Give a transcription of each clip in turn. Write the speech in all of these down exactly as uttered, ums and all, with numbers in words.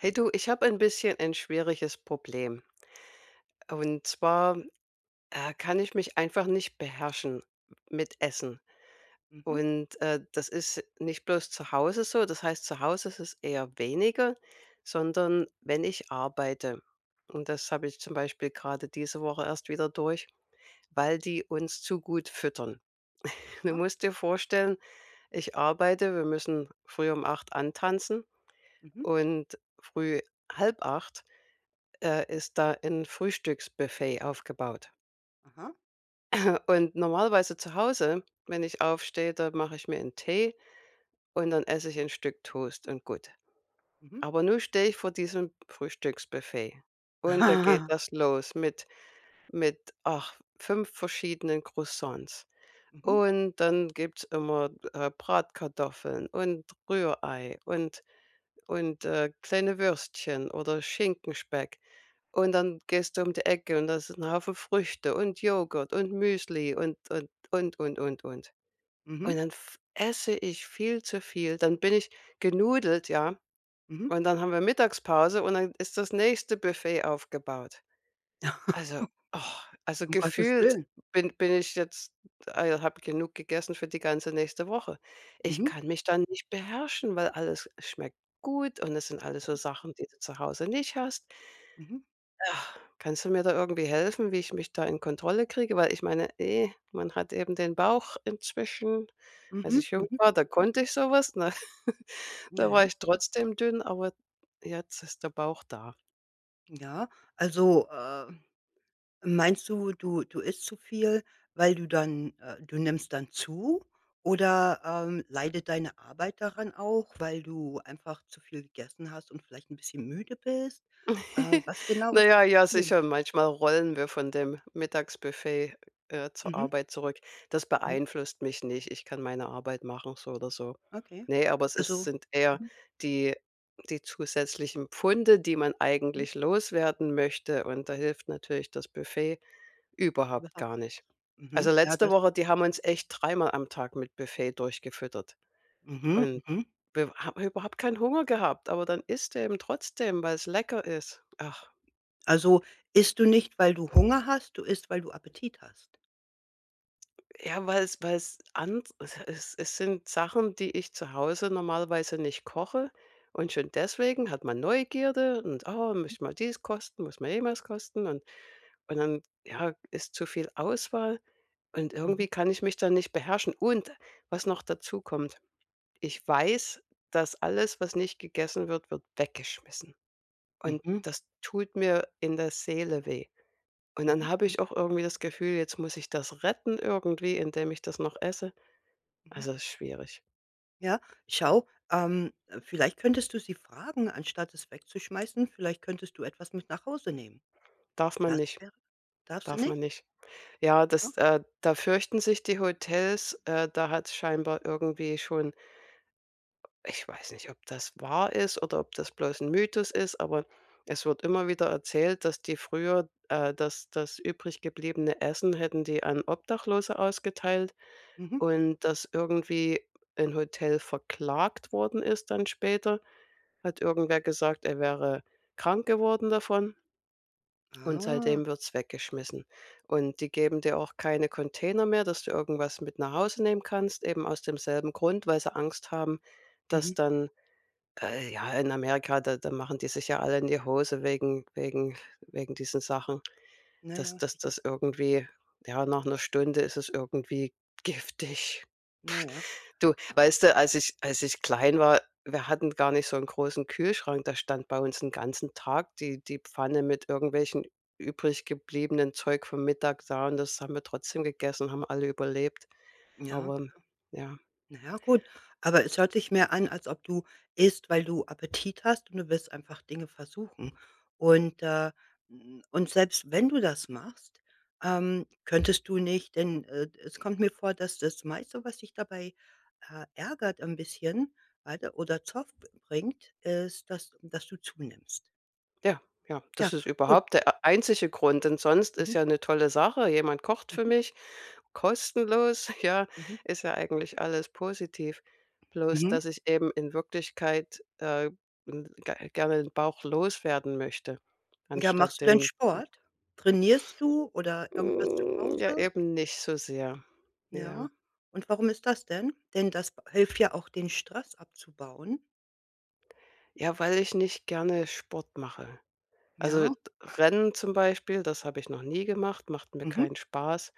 Hey du, ich habe ein bisschen ein schwieriges Problem. Und zwar äh, kann ich mich einfach nicht beherrschen mit Essen. Mhm. Und äh, das ist nicht bloß zu Hause so, das heißt, zu Hause ist es eher weniger, sondern wenn ich arbeite. Und das habe ich zum Beispiel gerade diese Woche erst wieder durch, weil die uns zu gut füttern. Du Aha. musst dir vorstellen, ich arbeite, wir müssen früh um acht antanzen Mhm. und früh halb acht äh, ist da ein Frühstücksbuffet aufgebaut. Aha. Äh, Und normalerweise zu Hause, wenn ich aufstehe, da mache ich mir einen Tee und dann esse ich ein Stück Toast und gut. Mhm. Aber nun stehe ich vor diesem Frühstücksbuffet und da geht das los mit mit, ach, fünf verschiedenen Croissants. Mhm. Und dann gibt's immer, äh, Bratkartoffeln und Rührei und und, äh, kleine Würstchen oder Schinkenspeck. Und dann gehst du um die Ecke und da ist ein Haufen Früchte und Joghurt und Müsli und und und und und und. Mhm. Und dann f esse ich viel zu viel. Dann bin ich genudelt, ja, Mhm. und dann haben wir Mittagspause und dann ist das nächste Buffet aufgebaut. Also, oh, also Um Gottes gefühlt Willen. bin bin ich jetzt äh, habe genug gegessen für die ganze nächste Woche. Ich Mhm. kann mich dann nicht beherrschen, weil alles schmeckt gut und es sind alles so Sachen, die du zu Hause nicht hast. Mhm. Ah, Kannst du mir da irgendwie helfen, wie ich mich da in Kontrolle kriege? Weil ich meine, eh, man hat eben den Bauch inzwischen. Als Mhm. ich jung Mhm. war, da konnte ich sowas, ne? Ja, Da ja. war ich trotzdem dünn, aber jetzt ist der Bauch da. Ja. Also, äh, meinst du, du du isst zu viel, weil du dann äh, du nimmst dann zu oder, ähm, leidet deine Arbeit daran auch, weil du einfach zu viel gegessen hast und vielleicht ein bisschen müde bist? Äh, was genau Na ist das ja, ja, Problem? sicher. Manchmal rollen wir von dem Mittagsbuffet, äh, zur Mhm. Arbeit zurück. Das Mhm. beeinflusst mich nicht. Ich kann meine Arbeit machen, so oder so. Okay. Ne, aber es ist Also, sind eher mhm. die die zusätzlichen Pfunde, die man Mhm. eigentlich loswerden möchte, und da hilft natürlich das Buffet überhaupt Überhaupt, gar nicht. Also, mhm. Ja, letzte das. Woche, die haben uns echt dreimal am Tag mit Buffet durchgefüttert Mhm, und mhm. wir haben überhaupt keinen Hunger gehabt, aber dann isst du eben trotzdem, weil es lecker ist. Ach. Also, isst du nicht, weil du Hunger hast, du isst, weil du Appetit hast? Ja, weil es weil es an es es sind Sachen, die ich zu Hause normalerweise nicht koche und schon deswegen hat man Neugierde und: „Oh, möchte mal dies kosten, muss mal jenes kosten" und und dann, ja, ist zu viel Auswahl und Mhm, irgendwie kann ich mich dann nicht beherrschen. Und was noch dazu kommt, ich weiß, dass alles, was nicht gegessen wird, wird weggeschmissen und mhm, das tut mir in der Seele weh. Und dann mhm, habe mhm, ich auch irgendwie das Gefühl, jetzt muss ich das retten irgendwie, indem ich das noch esse. mhm. Also, ist schwierig. Ja, schau, ähm, äh, vielleicht könntest du sie fragen, anstatt es wegzuschmeißen, vielleicht könntest du etwas mit nach Hause nehmen. Darf man Das nicht, wäre. Darfst du darf man nicht? nicht. Ja, Ah. das äh, da fürchten sich die Hotels, äh, da hat scheinbar irgendwie schon ich weiß nicht, ob das wahr ist oder ob das bloß ein Mythos ist, aber es wird immer wieder erzählt, dass die früher, äh, das das übrig gebliebene Essen hätten die an Obdachlose ausgeteilt Mhm. und dass irgendwie ein Hotel verklagt worden ist dann später. Hat irgendwer gesagt, er wäre krank geworden davon. Und Ah, seitdem wird's weggeschmissen. Und die geben dir auch keine Container mehr, dass du irgendwas mit nach Hause nehmen kannst, eben aus demselben Grund, weil sie Angst haben, mhm. dass dann äh, ja, in Amerika, da da machen die sich ja alle in die Hose wegen wegen wegen diesen Sachen, Na dass ja, dass sicher. das irgendwie ja, nach einer Stunde ist es irgendwie giftig. Na ja, Du, ja. weißt du, als ich als ich klein war, wir hatten gar nicht so einen großen Kühlschrank. Da stand bei uns den ganzen Tag die die Pfanne mit irgendwelchen übrig gebliebenen Zeug vom Mittag da und das haben wir trotzdem gegessen und haben alle überlebt. Ja. Aber ja. Na ja, gut, aber es hört sich mehr an, als ob du isst, weil du Appetit hast und du willst einfach Dinge versuchen. Und, äh, hm, und selbst wenn du das machst, ähm, könntest du nicht denn, äh, es kommt mir vor, dass das meiste, was dich dabei, äh, ärgert ein bisschen, weiter oder Zoff bringt, ist, dass dass du zunimmst. Ja, ja, Ja, das ist gut. überhaupt der äh, einzige Grund, denn sonst ist Mhm, ja 'ne tolle Sache. Jemand kocht für mhm, mich, kostenlos, ja, mhm, ist ja eigentlich alles positiv. Bloß, mhm. dass ich eben in Wirklichkeit, äh, n ge gerne den Bauch loswerden möchte, Ja, anstatt machst du denn den Sport? Trainierst du oder irgendwas zu hm, ja Hause? eben nicht so sehr. Ja. Ja. Und warum ist das denn? Denn das b hilft ja auch, den Stress abzubauen. Ja, weil ich nicht gerne Sport mache. Also, d Ja. Rennen zum Beispiel, das habe ich noch nie gemacht, macht mir Mhm. keinen Spaß.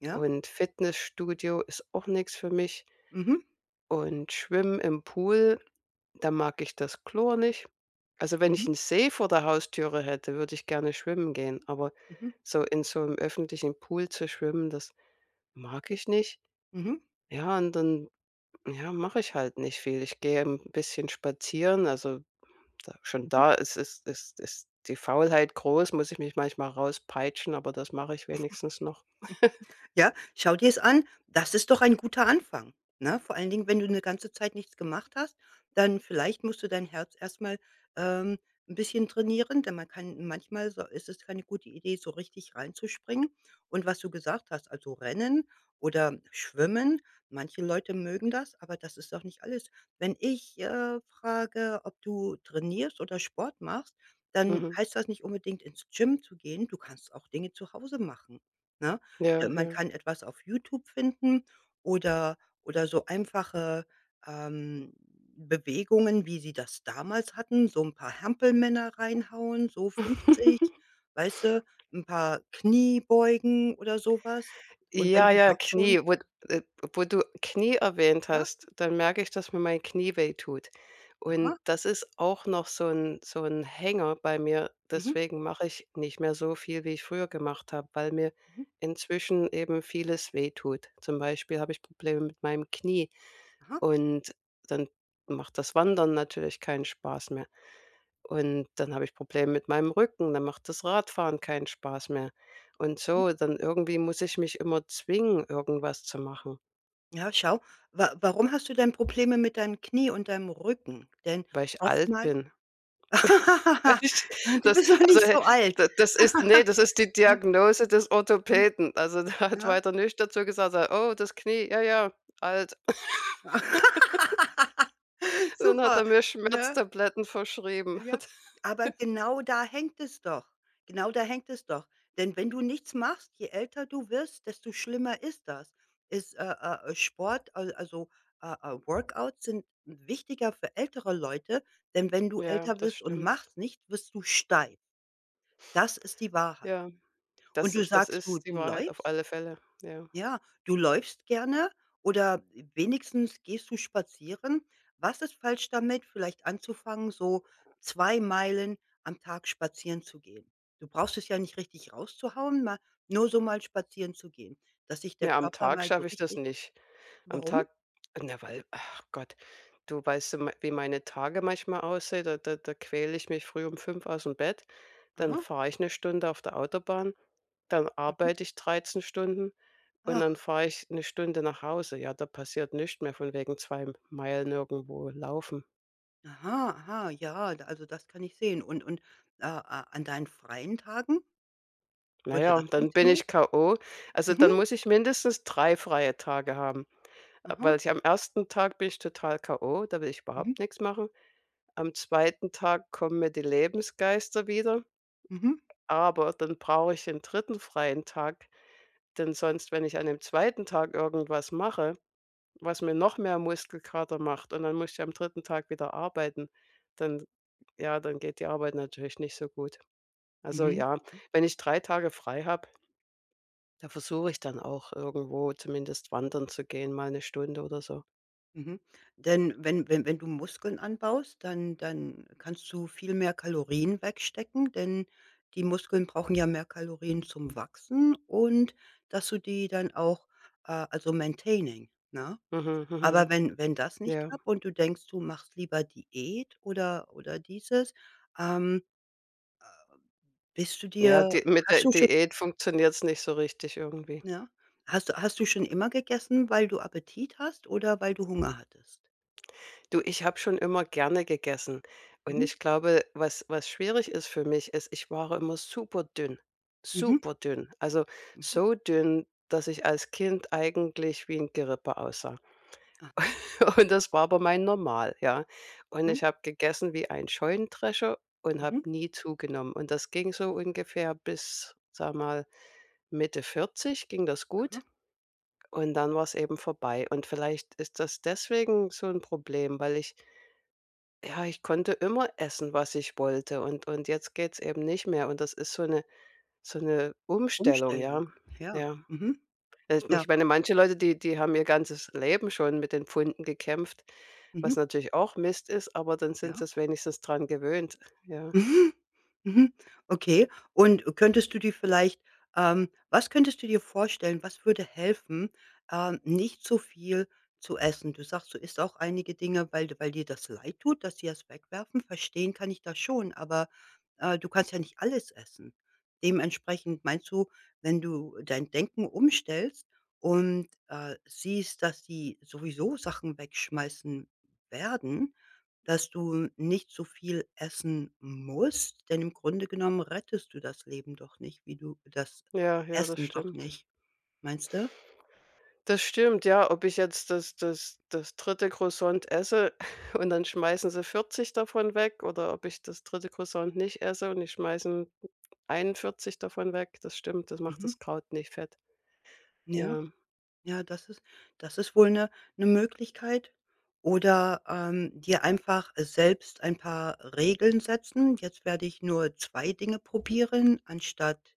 Ja. Und Fitnessstudio ist auch nichts für mich. Mhm. Und Schwimmen im Pool, da mag ich das Chlor nicht. Also, wenn ich Mhm. einen See vor der Haustüre hätte, würde ich gerne schwimmen gehen, aber Mhm. so in so einem öffentlichen Pool zu schwimmen, das mag ich nicht. Mhm. Ja, und dann, ja, mache ich halt nicht viel. Ich gehe ein bisschen spazieren, also, da schon Mhm. da ist ist ist ist die Faulheit groß, muss ich mich manchmal rauspeitschen, aber das mache ich wenigstens noch. Ja, schau dir es an. Das ist doch ein guter Anfang, ne? Vor allen Dingen, wenn du eine ganze Zeit nichts gemacht hast, dann vielleicht musst du dein Herz erstmal mal, ähm, 'n bisschen trainieren, denn man kann manchmal so ist es keine gute Idee, so richtig reinzuspringen. Und was du gesagt hast, also Rennen oder Schwimmen, manche Leute mögen das, aber das ist doch nicht alles. Wenn ich, äh, frage, ob du trainierst oder Sport machst, dann Mhm. heißt das nicht unbedingt ins Gym zu gehen. Du kannst auch Dinge zu Hause machen, ne? Äh, Ja, Man ja. kann etwas auf YouTube finden oder oder so einfache, ähm, Bewegungen, wie sie das damals hatten, so ein paar Hampelmänner reinhauen, so fünfzig, weißt du, ein paar Kniebeugen oder sowas. Und wenn Ja, du ja, dort schon Knie, wo äh, wo du Knie erwähnt ja, hast, dann merke ich, dass mir mein Knie weh tut. Und aha, das ist auch noch so ein so ein Hänger bei mir. mhm, Deswegen mache ich nicht mehr so viel, wie ich früher gemacht habe, weil mir mhm, inzwischen eben vieles weh tut. Zum Beispiel habe ich Probleme mit meinem Knie aha, und dann macht das Wandern natürlich keinen Spaß mehr. Und dann habe ich Probleme mit meinem Rücken, dann macht das Radfahren keinen Spaß mehr. Und mhm. so, dann irgendwie muss ich mich immer zwingen, irgendwas zu machen, Ja, schau. Wa warum hast du denn Probleme mit deinem Knie und deinem Rücken? Denn weil ich alt oftmals, bin. Ich du das bist noch also, nicht äh, so alt. da das ist nee, das ist die Diagnose des Orthopäden. Also, der hat Ja. weiter nichts dazu gesagt. Sagt: „Oh, das Knie, ja, ja, alt." Dann hat Super, er mir ne? Schmerztabletten verschrieben. Ja. Aber genau da hängt es doch. Genau da hängt es doch. Denn wenn du nichts machst, je älter du wirst, desto schlimmer ist das. Ist, äh, äh, äh, Sport, al also, äh, äh, Workouts sind wichtiger für ältere Leute, denn wenn du Ja, älter das wirst und stimmt. machst nichts, wirst du steif. Das ist die Wahrheit. Ja, Und das du ist das sagst, du ist die du Wahrheit auf läufst. alle Fälle, ja. Ja, du läufst gerne oder wenigstens gehst du spazieren. Was ist falsch damit, vielleicht anzufangen, so zwei Meilen am Tag spazieren zu gehen? Du brauchst es ja nicht richtig rauszuhauen, mal nur so mal spazieren zu gehen, dass sich der Ne, am Körper Tag mal so schaffe ich das richtig. nicht. Am Warum? Tag na, weil ach Gott, du weißt du, mei wie meine Tage manchmal aussehen, da da da quäle ich mich früh um fünf aus dem Bett, dann Aha, fahre ich eine Stunde auf der Autobahn, dann mhm. arbeite ich dreizehn Stunden und Ach, dann fahre ich eine Stunde nach Hause. Ja, da passiert nichts mehr von wegen zwei Meilen irgendwo laufen. aha, aha, ja, da also, das kann ich sehen. Und und, äh, a an deinen freien Tagen, Na würde ja, das dann bin funktionieren? ich k o. Also, dann Mhm, muss ich mindestens drei freie Tage haben, äh, aha, weil ich am ersten Tag bin ich total k o, da will ich mhm, überhaupt nichts machen. Am zweiten Tag kommen mir die Lebensgeister wieder, mhm, aber dann brauche ich den dritten freien Tag, denn sonst, wenn ich an dem zweiten Tag irgendwas mache, was mir noch mehr Muskelkater macht und dann muss ich am dritten Tag wieder arbeiten, dann ja, dann geht die Arbeit natürlich nicht so gut. Also mhm. ja, wenn ich drei Tage frei habe, da versuche ich dann auch irgendwo zumindest wandern zu gehen, mal eine Stunde oder so. Mhm. Denn wenn wenn wenn du Muskeln anbaust, dann dann kannst du viel mehr Kalorien wegstecken, denn die Muskeln brauchen ja mehr Kalorien zum Wachsen und dass du die dann auch, äh also maintaining, ne? Mhm, mhm. Aber wenn wenn das nicht Ja. klappt und du denkst, du machst lieber Diät oder oder dieses, ähm, äh, bist du Ja, dir die mit der hast du schon Diät funktioniert's nicht so richtig irgendwie. ja? Hast du hast du schon immer gegessen, weil du Appetit hast oder weil du Hunger hattest? Du, ich habe schon immer gerne gegessen. Und Mhm, ich glaube, was was schwierig ist für mich, ist, ich war immer super dünn, mhm, super dünn, also, mhm. so dünn, dass ich als Kind eigentlich wie ein Gerippe aussah. Aha, Und das war aber mein Normal, ja. Und mhm. ich habe gegessen wie ein Scheunendrescher und habe Mhm. nie zugenommen. Und das ging so ungefähr bis, sag mal, Mitte vierzig ging das gut Aha. und dann war es eben vorbei. Und vielleicht ist das deswegen so ein Problem, weil ich ja, ich konnte immer essen, was ich wollte und und jetzt geht's eben nicht mehr und das ist so 'ne so 'ne Umstellung, Umstellung. ja. Ja. Ja. Mhm. Also, Ja. ich meine, manche Leute, die die haben ihr ganzes Leben schon mit den Pfunden gekämpft, Mhm. was natürlich auch Mist ist, aber dann sind Ja. sie's wenigstens dran gewöhnt. Ja. Mhm. Mhm. Okay. Und könntest du dir vielleicht ähm, was könntest du dir vorstellen, was würde helfen, ähm, nicht so viel zu essen? Du sagst, du isst auch einige Dinge, weil weil dir das leid tut, dass sie das wegwerfen. Verstehen kann ich das schon, aber, äh, du kannst ja nicht alles essen. Dementsprechend meinst du, wenn du dein Denken umstellst und, äh, siehst, dass sie sowieso Sachen wegschmeißen werden, dass du nicht so viel essen musst, denn im Grunde genommen rettest du das Leben doch nicht, wie du das Ja, ja, das Essen doch stimmt. nicht. Meinst du? Das stimmt, ja, ob ich jetzt das das das dritte Croissant esse und dann schmeißen sie vierzig davon weg oder ob ich das dritte Croissant nicht esse und die schmeißen einundvierzig davon weg, das stimmt, das macht Mhm. das Kraut nicht fett. Ja, Ja. ja, das ist das ist wohl eine Möglichkeit. Oder, ähm, dir einfach selbst ein paar Regeln setzen. Jetzt werde ich nur zwei Dinge probieren anstatt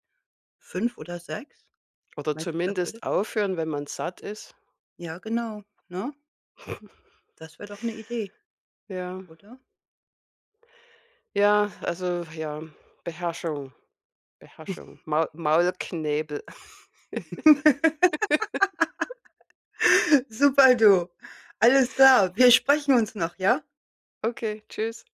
fünf oder sechs. Oder Meinst du, das würde zumindest aufhören, wenn man satt ist. ja genau, ne? Das wäre doch eine Idee, Ja. oder? Ja, also ja, Beherrschung, Beherrschung, Maul Maulknebel. Super du. Alles klar. Wir sprechen uns noch, ja? Okay, tschüss.